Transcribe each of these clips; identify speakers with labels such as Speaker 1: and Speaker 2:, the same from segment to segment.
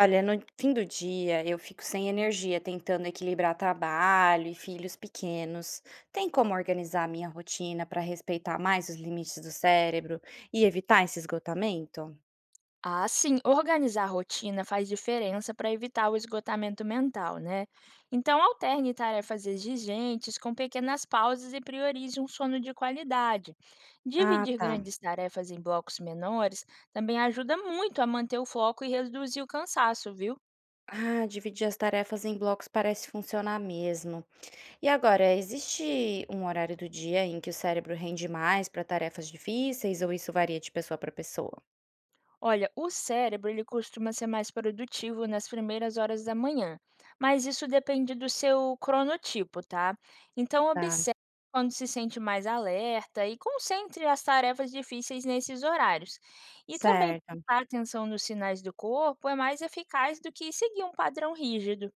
Speaker 1: Olha, no fim do dia eu fico sem energia tentando equilibrar trabalho e filhos pequenos. Tem como organizar a minha rotina para respeitar mais os limites do cérebro e evitar esse esgotamento?
Speaker 2: Ah, sim, organizar a rotina faz diferença para evitar o esgotamento mental, né? Então, alterne tarefas exigentes com pequenas pausas e priorize um sono de qualidade.
Speaker 1: Ah,
Speaker 2: Dividir
Speaker 1: tá.
Speaker 2: grandes tarefas em blocos menores também ajuda muito a manter o foco e reduzir o cansaço, viu?
Speaker 1: Ah, dividir as tarefas em blocos parece funcionar mesmo. E agora, existe um horário do dia em que o cérebro rende mais para tarefas difíceis ou isso varia de pessoa para pessoa?
Speaker 2: Olha, o cérebro ele costuma ser mais produtivo nas primeiras horas da manhã, mas isso depende do seu cronotipo, tá? Então
Speaker 1: Tá,
Speaker 2: observe quando se sente mais alerta e concentre as tarefas difíceis nesses horários. E também
Speaker 1: certo.
Speaker 2: prestar atenção nos sinais do corpo é mais eficaz do que seguir um padrão rígido.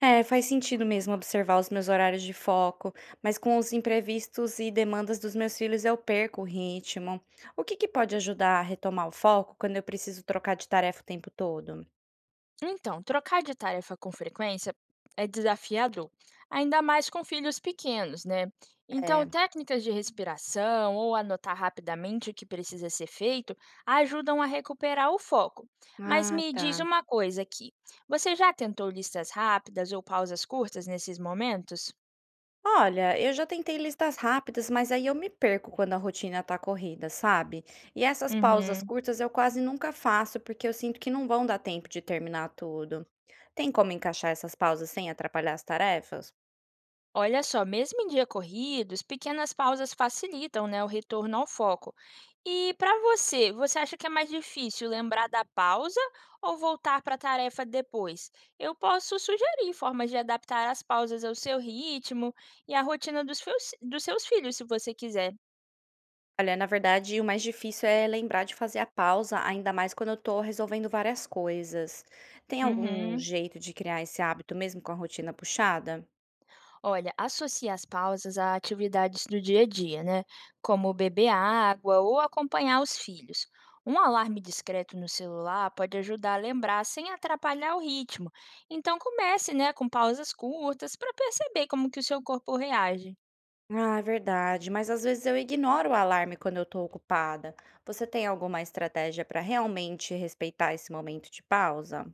Speaker 1: É, faz sentido mesmo observar os meus horários de foco, mas com os imprevistos e demandas dos meus filhos eu perco o ritmo. O que que pode ajudar a retomar o foco quando eu preciso trocar de tarefa o tempo todo?
Speaker 2: Então, trocar de tarefa com frequência é desafiador, ainda mais com filhos pequenos, né? Então,
Speaker 1: É.
Speaker 2: técnicas de respiração ou anotar rapidamente o que precisa ser feito ajudam a recuperar o foco. Mas
Speaker 1: Ah,
Speaker 2: me diz
Speaker 1: tá.
Speaker 2: uma coisa aqui: você já tentou listas rápidas ou pausas curtas nesses momentos?
Speaker 1: Olha, eu já tentei listas rápidas, mas aí eu me perco quando a rotina tá corrida, sabe? E essas pausas
Speaker 2: Uhum.
Speaker 1: curtas eu quase nunca faço porque eu sinto que não vão dar tempo de terminar tudo. Tem como encaixar essas pausas sem atrapalhar as tarefas?
Speaker 2: Olha só, mesmo em dia corridos, pequenas pausas facilitam, né, o retorno ao foco. E para você, você acha que é mais difícil lembrar da pausa ou voltar para a tarefa depois? Eu posso sugerir formas de adaptar as pausas ao seu ritmo e à rotina dos seus filhos, se você quiser.
Speaker 1: Olha, na verdade, o mais difícil é lembrar de fazer a pausa, ainda mais quando eu tô resolvendo várias coisas. Tem algum
Speaker 2: Uhum.
Speaker 1: jeito de criar esse hábito mesmo com a rotina puxada?
Speaker 2: Olha, associe as pausas a atividades do dia a dia, né? Como beber água ou acompanhar os filhos. Um alarme discreto no celular pode ajudar a lembrar sem atrapalhar o ritmo. Então comece, né, com pausas curtas para perceber como que o seu corpo reage.
Speaker 1: Ah, é verdade, mas às vezes eu ignoro o alarme quando eu tô ocupada. Você tem alguma estratégia para realmente respeitar esse momento de pausa?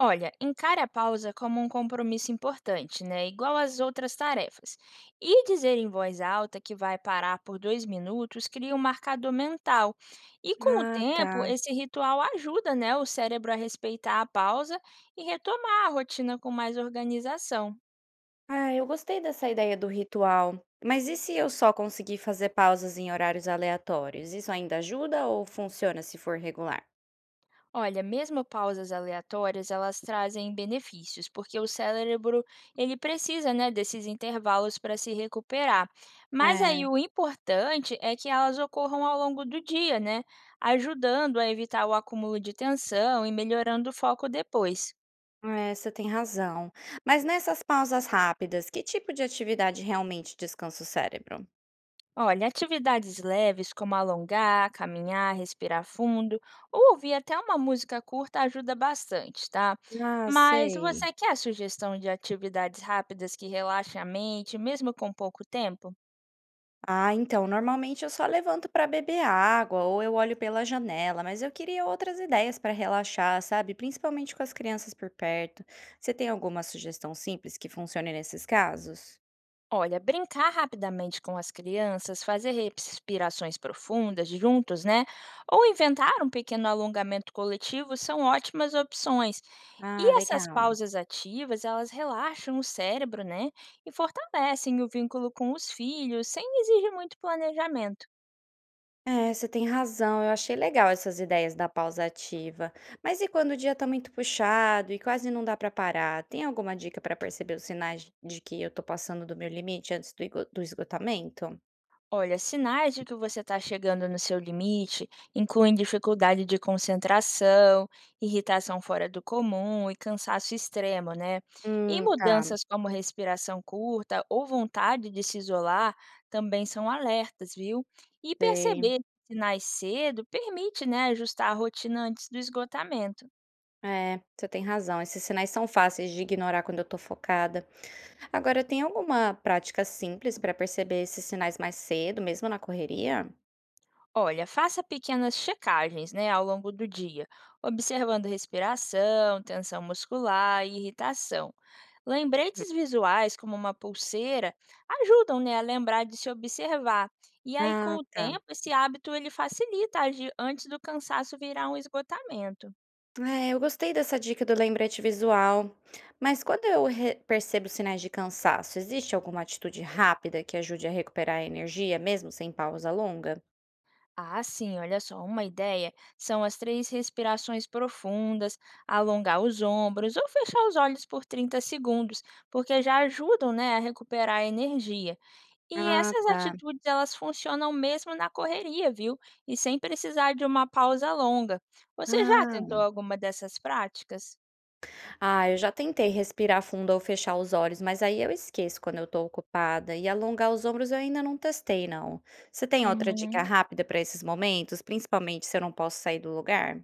Speaker 2: Olha, encare a pausa como um compromisso importante, né? Igual às outras tarefas. E dizer em voz alta que vai parar por 2 minutos cria um marcador mental. E com o
Speaker 1: Ah,
Speaker 2: tempo,
Speaker 1: tá.
Speaker 2: esse ritual ajuda, né, o cérebro a respeitar a pausa e retomar a rotina com mais organização.
Speaker 1: Ah, eu gostei dessa ideia do ritual. Mas e se eu só conseguir fazer pausas em horários aleatórios? Isso ainda ajuda ou funciona se for regular?
Speaker 2: Olha, mesmo pausas aleatórias, elas trazem benefícios, porque o cérebro ele precisa, né, desses intervalos para se recuperar. Mas aí
Speaker 1: É.
Speaker 2: o importante é que elas ocorram ao longo do dia, né, ajudando a evitar o acúmulo de tensão e melhorando o foco depois.
Speaker 1: É, você tem razão. Mas nessas pausas rápidas, que tipo de atividade realmente descansa o cérebro?
Speaker 2: Olha, atividades leves como alongar, caminhar, respirar fundo ou ouvir até uma música curta ajuda bastante, tá?
Speaker 1: Ah,
Speaker 2: Mas
Speaker 1: sei.
Speaker 2: você quer a sugestão de atividades rápidas que relaxem a mente, mesmo com pouco tempo?
Speaker 1: Ah, então, normalmente eu só levanto para beber água ou eu olho pela janela, mas eu queria outras ideias para relaxar, sabe? Principalmente com as crianças por perto. Você tem alguma sugestão simples que funcione nesses casos?
Speaker 2: Olha, brincar rapidamente com as crianças, fazer respirações profundas juntos, né? Ou inventar um pequeno alongamento coletivo são ótimas opções.
Speaker 1: Ah,
Speaker 2: E essas
Speaker 1: legal.
Speaker 2: pausas ativas, elas relaxam o cérebro, né? E fortalecem o vínculo com os filhos, sem exigir muito planejamento.
Speaker 1: É, você tem razão, eu achei legal essas ideias da pausa ativa. Mas e quando o dia tá muito puxado e quase não dá pra parar? Tem alguma dica pra perceber os sinais de que eu tô passando do meu limite antes do do esgotamento?
Speaker 2: Olha, sinais de que você está chegando no seu limite incluem dificuldade de concentração, irritação fora do comum e cansaço extremo, né? E
Speaker 1: Tá,
Speaker 2: mudanças como respiração curta ou vontade de se isolar também são alertas, viu? E
Speaker 1: sei.
Speaker 2: perceber sinais cedo permite, né, ajustar a rotina antes do esgotamento.
Speaker 1: É, você tem razão. Esses sinais são fáceis de ignorar quando eu tô focada. Agora, tem alguma prática simples pra perceber esses sinais mais cedo, mesmo na correria?
Speaker 2: Olha, faça pequenas checagens, né, ao longo do dia, observando respiração, tensão muscular e irritação. Lembretes visuais, como uma pulseira, ajudam, né, a lembrar de se observar. E aí, com
Speaker 1: Ah,
Speaker 2: o
Speaker 1: tá.
Speaker 2: tempo, esse hábito ele facilita agir antes do cansaço virar um esgotamento.
Speaker 1: É, eu gostei dessa dica do lembrete visual. Mas quando eu percebo sinais de cansaço, existe alguma atitude rápida que ajude a recuperar a energia, mesmo sem pausa longa?
Speaker 2: Ah, sim, olha só, uma ideia são as três respirações profundas, alongar os ombros ou fechar os olhos por 30 segundos, porque já ajudam, né, a recuperar a energia. E
Speaker 1: Ah,
Speaker 2: essas
Speaker 1: tá.
Speaker 2: atitudes elas funcionam mesmo na correria, viu? E sem precisar de uma pausa longa. Você já
Speaker 1: Ah,
Speaker 2: tentou alguma dessas práticas?
Speaker 1: Ah, eu já tentei respirar fundo ou fechar os olhos, mas aí eu esqueço quando eu tô ocupada. E alongar os ombros eu ainda não testei, não. Você tem outra dica
Speaker 2: Uhum.
Speaker 1: rápida para esses momentos, principalmente se eu não posso sair do lugar?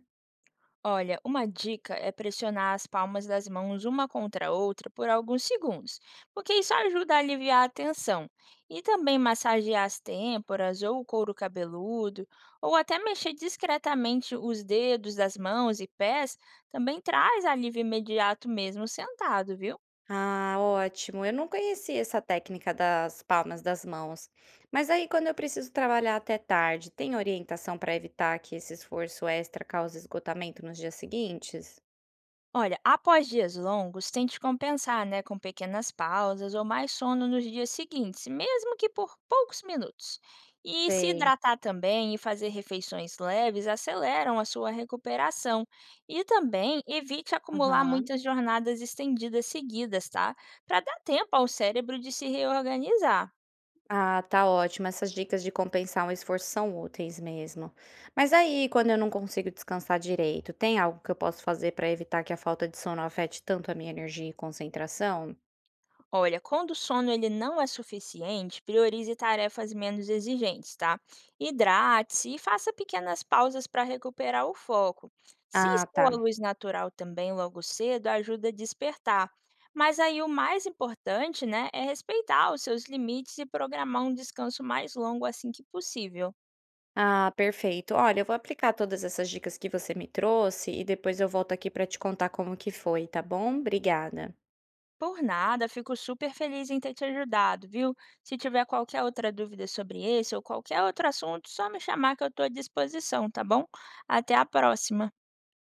Speaker 2: Olha, uma dica é pressionar as palmas das mãos uma contra a outra por alguns segundos, porque isso ajuda a aliviar a tensão. E também massagear as têmporas ou o couro cabeludo, ou até mexer discretamente os dedos das mãos e pés, também traz alívio imediato mesmo sentado, viu?
Speaker 1: Ah, ótimo. Eu não conhecia essa técnica das palmas das mãos. Mas aí, quando eu preciso trabalhar até tarde, tem orientação para evitar que esse esforço extra cause esgotamento nos dias seguintes?
Speaker 2: Olha, após dias longos, tente compensar, né, com pequenas pausas ou mais sono nos dias seguintes, mesmo que por poucos minutos. E se
Speaker 1: Sei.
Speaker 2: hidratar também e fazer refeições leves aceleram a sua recuperação. E também evite acumular
Speaker 1: Aham.
Speaker 2: muitas jornadas estendidas seguidas, tá? Para dar tempo ao cérebro de se reorganizar.
Speaker 1: Ah, tá ótimo. Essas dicas de compensar o esforço são úteis mesmo. Mas aí, quando eu não consigo descansar direito, tem algo que eu posso fazer para evitar que a falta de sono afete tanto a minha energia e concentração?
Speaker 2: Olha, quando o sono ele não é suficiente, priorize tarefas menos exigentes, tá? Hidrate-se e faça pequenas pausas para recuperar o foco. Se
Speaker 1: Ah,
Speaker 2: expor à
Speaker 1: tá.
Speaker 2: luz natural também logo cedo ajuda a despertar. Mas aí o mais importante, né, é respeitar os seus limites e programar um descanso mais longo assim que possível.
Speaker 1: Ah, perfeito. Olha, eu vou aplicar todas essas dicas que você me trouxe e depois eu volto aqui para te contar como que foi, tá bom? Obrigada.
Speaker 2: Por nada, fico super feliz em ter te ajudado, viu? Se tiver qualquer outra dúvida sobre esse ou qualquer outro assunto, só me chamar que eu estou à disposição, tá bom? Até a próxima!